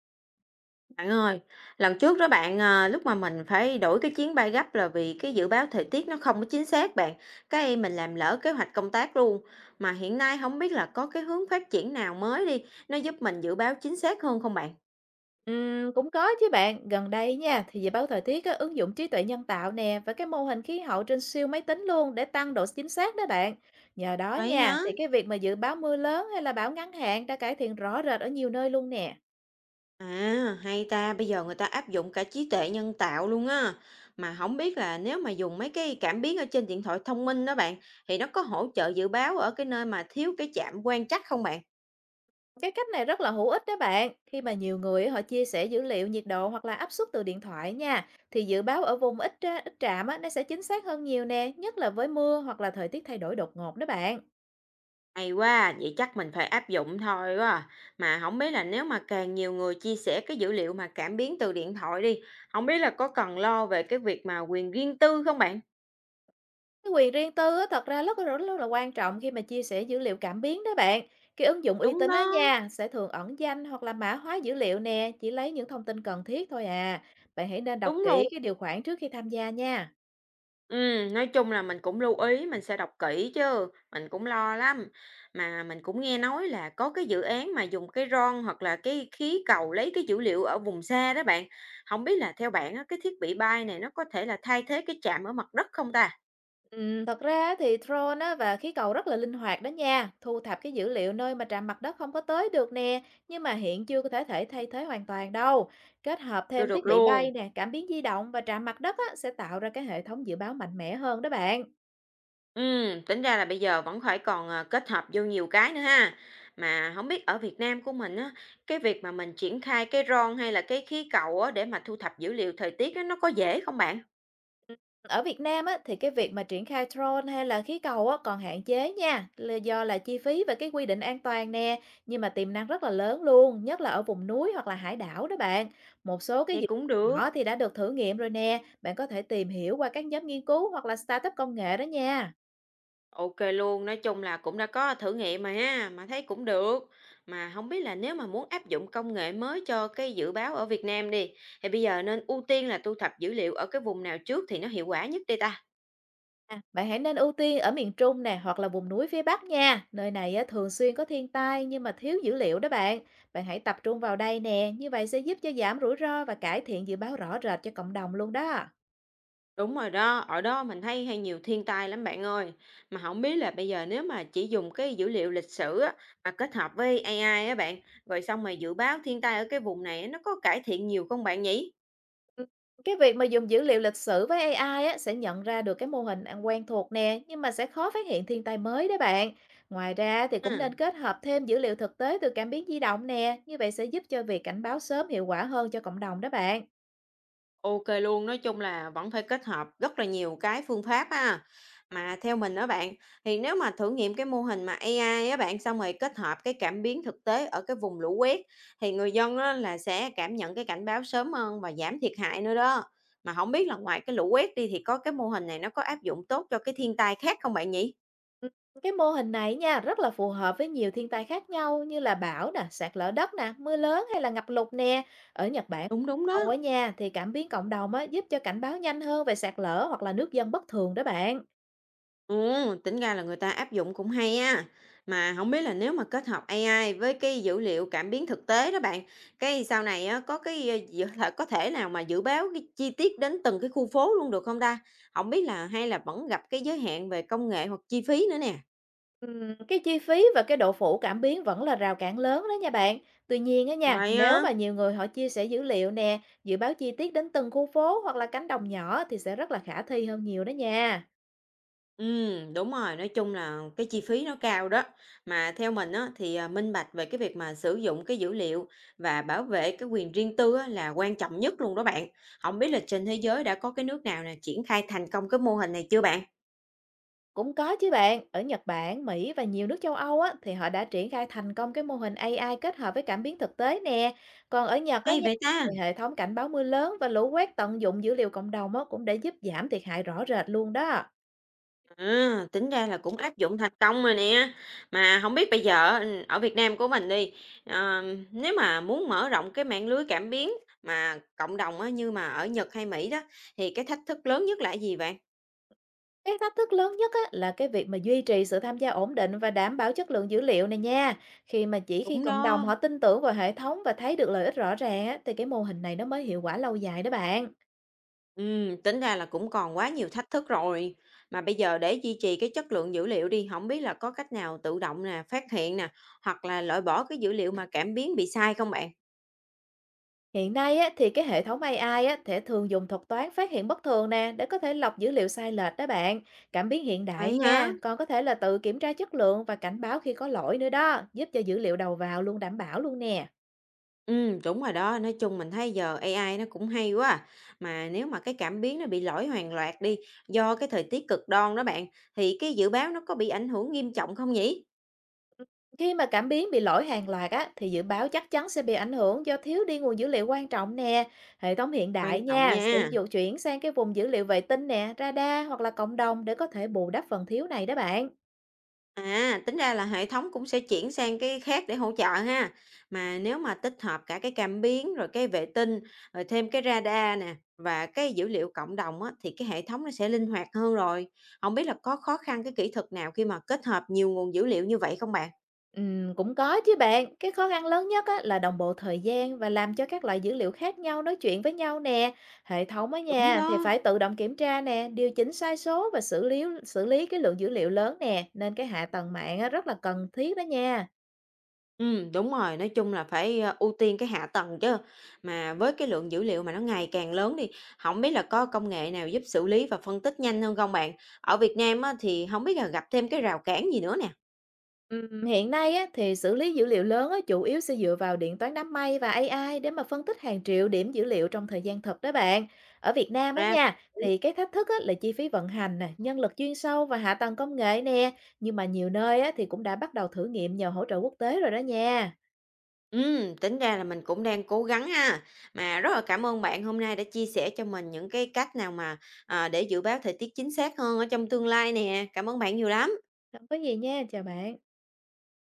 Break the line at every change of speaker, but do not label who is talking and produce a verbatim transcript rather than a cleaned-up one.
Bạn ơi, lần trước đó bạn à, lúc mà mình phải đổi cái chuyến bay gấp là vì cái dự báo thời tiết nó không có chính xác bạn. Cái mình làm lỡ kế hoạch công tác luôn. Mà hiện nay không biết là có cái hướng phát triển nào mới đi, nó giúp mình dự báo chính xác hơn không bạn?
Ừm, cũng có chứ bạn. Gần đây nha, thì dự báo thời tiết á, ứng dụng trí tuệ nhân tạo nè và cái mô hình khí hậu trên siêu máy tính luôn để tăng độ chính xác đó bạn. Nhờ đó
Vậy
nha,
hả?
thì cái việc mà dự báo mưa lớn hay là bão ngắn hạn đã cải thiện rõ rệt ở nhiều nơi luôn nè.
À, hay ta, bây giờ người ta áp dụng cả trí tuệ nhân tạo luôn á. Mà không biết là nếu mà dùng mấy cái cảm biến ở trên điện thoại thông minh đó bạn, thì nó có hỗ trợ dự báo ở cái nơi mà thiếu cái chạm quan trắc không bạn?
Cái cách này rất là hữu ích đó bạn. Khi mà nhiều người á, họ chia sẻ dữ liệu nhiệt độ hoặc là áp suất từ điện thoại nha, thì dự báo ở vùng ít ra- ít trạm á, nó sẽ chính xác hơn nhiều nè, nhất là với mưa hoặc là thời tiết thay đổi đột ngột đó bạn.
Hay quá, vậy chắc mình phải áp dụng thôi quá à. Mà không biết là nếu mà càng nhiều người chia sẻ cái dữ liệu mà cảm biến từ điện thoại đi, không biết là có cần lo về cái việc mà quyền riêng tư không bạn?
Cái quyền riêng tư á, thật ra rất là rất là quan trọng khi mà chia sẻ dữ liệu cảm biến đó bạn. Cái ứng dụng uy
Đúng
tín
đó.
đó nha, sẽ thường ẩn danh hoặc là mã hóa dữ liệu nè, chỉ lấy những thông tin cần thiết thôi à. Bạn hãy nên đọc
Đúng
kỹ
rồi.
cái điều khoản trước khi tham gia nha.
Ừm, nói chung là mình cũng lưu ý, mình sẽ đọc kỹ chứ, mình cũng lo lắm. Mà mình cũng nghe nói là có cái dự án mà dùng cái ron hoặc là cái khí cầu lấy cái dữ liệu ở vùng xa đó bạn. Không biết là theo bạn á, cái thiết bị bay này nó có thể là thay thế cái trạm ở mặt đất không ta?
Ừm, thật ra thì drone á, và khí cầu rất là linh hoạt đó nha, thu thập cái dữ liệu nơi mà trạm mặt đất không có tới được nè, nhưng mà hiện chưa có thể thể thay thế hoàn toàn đâu. Kết hợp
Chưa
thêm thiết
được
bị bay
luôn.
nè, cảm biến di động và trạm mặt đất á, sẽ tạo ra cái hệ thống dự báo mạnh mẽ hơn đó bạn.
Ừm, tính ra là bây giờ vẫn phải còn, ờ, kết hợp vô nhiều cái nữa ha. Mà không biết ở Việt Nam của mình á, cái việc mà mình triển khai cái drone hay là cái khí cầu á, để mà thu thập dữ liệu thời tiết á, nó có dễ không bạn?
Ừm, Ở Việt Nam á, thì cái việc mà triển khai drone hay là khí cầu á, còn hạn chế nha, là do là chi phí và cái quy định an toàn nè, nhưng mà tiềm năng rất là lớn luôn, nhất là ở vùng núi hoặc là hải đảo đó bạn. Một số cái
Vậy
dự
cũng
án
được.
nhỏ thì đã được thử nghiệm rồi nè, bạn có thể tìm hiểu qua các nhóm nghiên cứu hoặc là startup công nghệ đó nha.
OK luôn, nói chung là cũng đã có thử nghiệm mà ha, mà thấy cũng được. Mà không biết là nếu mà muốn áp dụng công nghệ mới cho cái dự báo ở Việt Nam đi, thì bây giờ nên ưu tiên là thu thập dữ liệu ở cái vùng nào trước thì nó hiệu quả nhất đây ta?
À, bạn hãy nên ưu tiên ở miền Trung nè hoặc là vùng núi phía Bắc nha. Nơi này á, thường xuyên có thiên tai nhưng mà thiếu dữ liệu đó bạn. Bạn hãy tập trung vào đây nè, như vậy sẽ giúp cho giảm rủi ro và cải thiện dự báo rõ rệt cho cộng đồng luôn đó.
Đúng rồi đó, ở đó mình thấy hay nhiều thiên tai lắm bạn ơi. Mà không biết là bây giờ nếu mà chỉ dùng cái dữ liệu lịch sử á, mà kết hợp với a i á bạn, rồi xong mà dự báo thiên tai ở cái vùng này nó có cải thiện nhiều không bạn nhỉ?
Ừ, cái việc mà dùng dữ liệu lịch sử với a i á, sẽ nhận ra được cái mô hình ăn quen thuộc nè, nhưng mà sẽ khó phát hiện thiên tai mới đó bạn. Ngoài ra thì cũng
Ừ.
nên kết hợp thêm dữ liệu thực tế từ cảm biến di động nè, như vậy sẽ giúp cho việc cảnh báo sớm hiệu quả hơn cho cộng đồng đó bạn.
OK luôn, nói chung là vẫn phải kết hợp rất là nhiều cái phương pháp ha. Mà theo mình á bạn, thì nếu mà thử nghiệm cái mô hình mà a i á bạn, xong rồi kết hợp cái cảm biến thực tế ở cái vùng lũ quét thì người dân á là sẽ cảm nhận cái cảnh báo sớm hơn và giảm thiệt hại nữa đó. Mà không biết là ngoài cái lũ quét đi thì có cái mô hình này nó có áp dụng tốt cho cái thiên tai khác không bạn nhỉ?
Ừm, cái mô hình này nha, rất là phù hợp với nhiều thiên tai khác nhau như là bão nè, sạt lở đất nè, mưa lớn hay là ngập lụt nè. Ở Nhật Bản
Đúng đúng đó.
Âu á nha, thì cảm biến cộng đồng á, giúp cho cảnh báo nhanh hơn về sạt lở hoặc là nước dâng bất thường đó bạn.
Ồ, tính ra là người ta áp dụng cũng hay á. Mà không biết là nếu mà kết hợp a i với cái dữ liệu cảm biến thực tế đó bạn, cái sau này á, có cái, ơ, dự là có thể nào mà dự báo cái chi tiết đến từng cái khu phố luôn được không ta? Không biết là hay là vẫn gặp cái giới hạn về công nghệ hoặc chi phí nữa nè?
Ừm, cái chi phí và cái độ phủ cảm biến vẫn là rào cản lớn đó nha bạn. Tuy nhiên á nha,
Vậy
nếu
á?
mà nhiều người họ chia sẻ dữ liệu nè, dự báo chi tiết đến từng khu phố hoặc là cánh đồng nhỏ thì sẽ rất là khả thi hơn nhiều đó nha.
Ừm, đúng rồi, nói chung là cái chi phí nó cao đó. Mà theo mình á, thì, à, minh bạch về cái việc mà sử dụng cái dữ liệu và bảo vệ cái quyền riêng tư á, là quan trọng nhất luôn đó bạn. Không biết là trên thế giới đã có cái nước nào là triển khai thành công cái mô hình này chưa bạn?
Cũng có chứ bạn, ở Nhật Bản, Mỹ và nhiều nước châu Âu á, thì họ đã triển khai thành công cái mô hình a i kết hợp với cảm biến thực tế nè. Còn ở Nhật á
Hay
nha,
vậy ta?
thì hệ thống cảnh báo mưa lớn và lũ quét tận dụng dữ liệu cộng đồng á, cũng đã giúp giảm thiệt hại rõ rệt luôn đó.
À, tính ra là cũng áp dụng thành công rồi nè. Mà không biết bây giờ á, ở Việt Nam của mình đi, ờ, nếu mà muốn mở rộng cái mạng lưới cảm biến mà cộng đồng á, như mà ở Nhật hay Mỹ đó, thì cái thách thức lớn nhất là cái gì bạn?
Cái thách thức lớn nhất á, là cái việc mà duy trì sự tham gia ổn định và đảm bảo chất lượng dữ liệu này nha. Khi mà chỉ khi
Đúng
cộng đồng
đó.
họ tin tưởng vào hệ thống và thấy được lợi ích rõ ràng á, thì cái mô hình này nó mới hiệu quả lâu dài đó bạn.
Ừm, tính ra là cũng còn quá nhiều thách thức rồi. Mà bây giờ để duy trì cái chất lượng dữ liệu đi, không biết là có cách nào tự động nè, phát hiện nè, hoặc là loại bỏ cái dữ liệu mà cảm biến bị sai không bạn?
Hiện nay á, thì cái hệ thống a i á, thể thường dùng thuật toán phát hiện bất thường nè để có thể lọc dữ liệu sai lệch đó bạn. Cảm biến hiện đại
Vậy hả?
nha, còn có thể là tự kiểm tra chất lượng và cảnh báo khi có lỗi nữa đó, giúp cho dữ liệu đầu vào luôn đảm bảo luôn nè.
Ừm, đúng rồi đó, nói chung mình thấy giờ a i nó cũng hay quá à. Mà nếu mà cái cảm biến nó bị lỗi hoàn loạt đi, do cái thời tiết cực đoan đó bạn, thì cái dự báo nó có bị ảnh hưởng nghiêm trọng không nhỉ?
Khi mà cảm biến bị lỗi hàng loạt á, thì dự báo chắc chắn sẽ bị ảnh hưởng do thiếu đi nguồn dữ liệu quan trọng nè. Hệ thống hiện
Quan
đại
trọng
nha, sẽ
nha.
dụ chuyển sang cái vùng dữ liệu vệ tinh nè, radar hoặc là cộng đồng để có thể bù đắp phần thiếu này đó bạn.
À, tính ra là hệ thống cũng sẽ chuyển sang cái khác để hỗ trợ ha. Mà nếu mà tích hợp cả cái cảm biến rồi cái vệ tinh rồi thêm cái radar nè và cái dữ liệu cộng đồng á, thì cái hệ thống nó sẽ linh hoạt hơn rồi. Không biết là có khó khăn cái kỹ thuật nào khi mà kết hợp nhiều nguồn dữ liệu như vậy không bạn?
Ừm, cũng có chứ bạn. Cái khó khăn lớn nhất á, là đồng bộ thời gian và làm cho các loại dữ liệu khác nhau nói chuyện với nhau nè. Hệ thống á
Đúng
nha, thì
đó.
phải tự động kiểm tra nè, điều chỉnh sai số và xử lý xử lý cái lượng dữ liệu lớn nè. Nên cái hạ tầng mạng á, rất là cần thiết đó nha.
Ừ, đúng rồi, nói chung là phải ờ, ưu tiên cái hạ tầng chứ. Mà với cái lượng dữ liệu mà nó ngày càng lớn đi, không biết là có công nghệ nào giúp xử lý và phân tích nhanh hơn không bạn? Ở Việt Nam á, thì không biết là gặp thêm cái rào cản gì nữa nè.
Ừm, hiện nay á, thì xử lý dữ liệu lớn á, chủ yếu sẽ dựa vào điện toán đám mây và a i để mà phân tích hàng triệu điểm dữ liệu trong thời gian thật đó bạn. Ở Việt Nam á
Ra
nha, thì cái thách thức á, là chi phí vận hành nè, nhân lực chuyên sâu và hạ tầng công nghệ nè. Nhưng mà nhiều nơi á, thì cũng đã bắt đầu thử nghiệm nhờ hỗ trợ quốc tế rồi đó nha.
ừm, tính ra là mình cũng đang cố gắng ha. Mà rất là cảm ơn bạn hôm nay đã chia sẻ cho mình những cái cách nào mà, à, để dự báo thời tiết chính xác hơn ở trong tương lai nè. Cảm ơn bạn nhiều lắm.
Không có gì nha, chào bạn.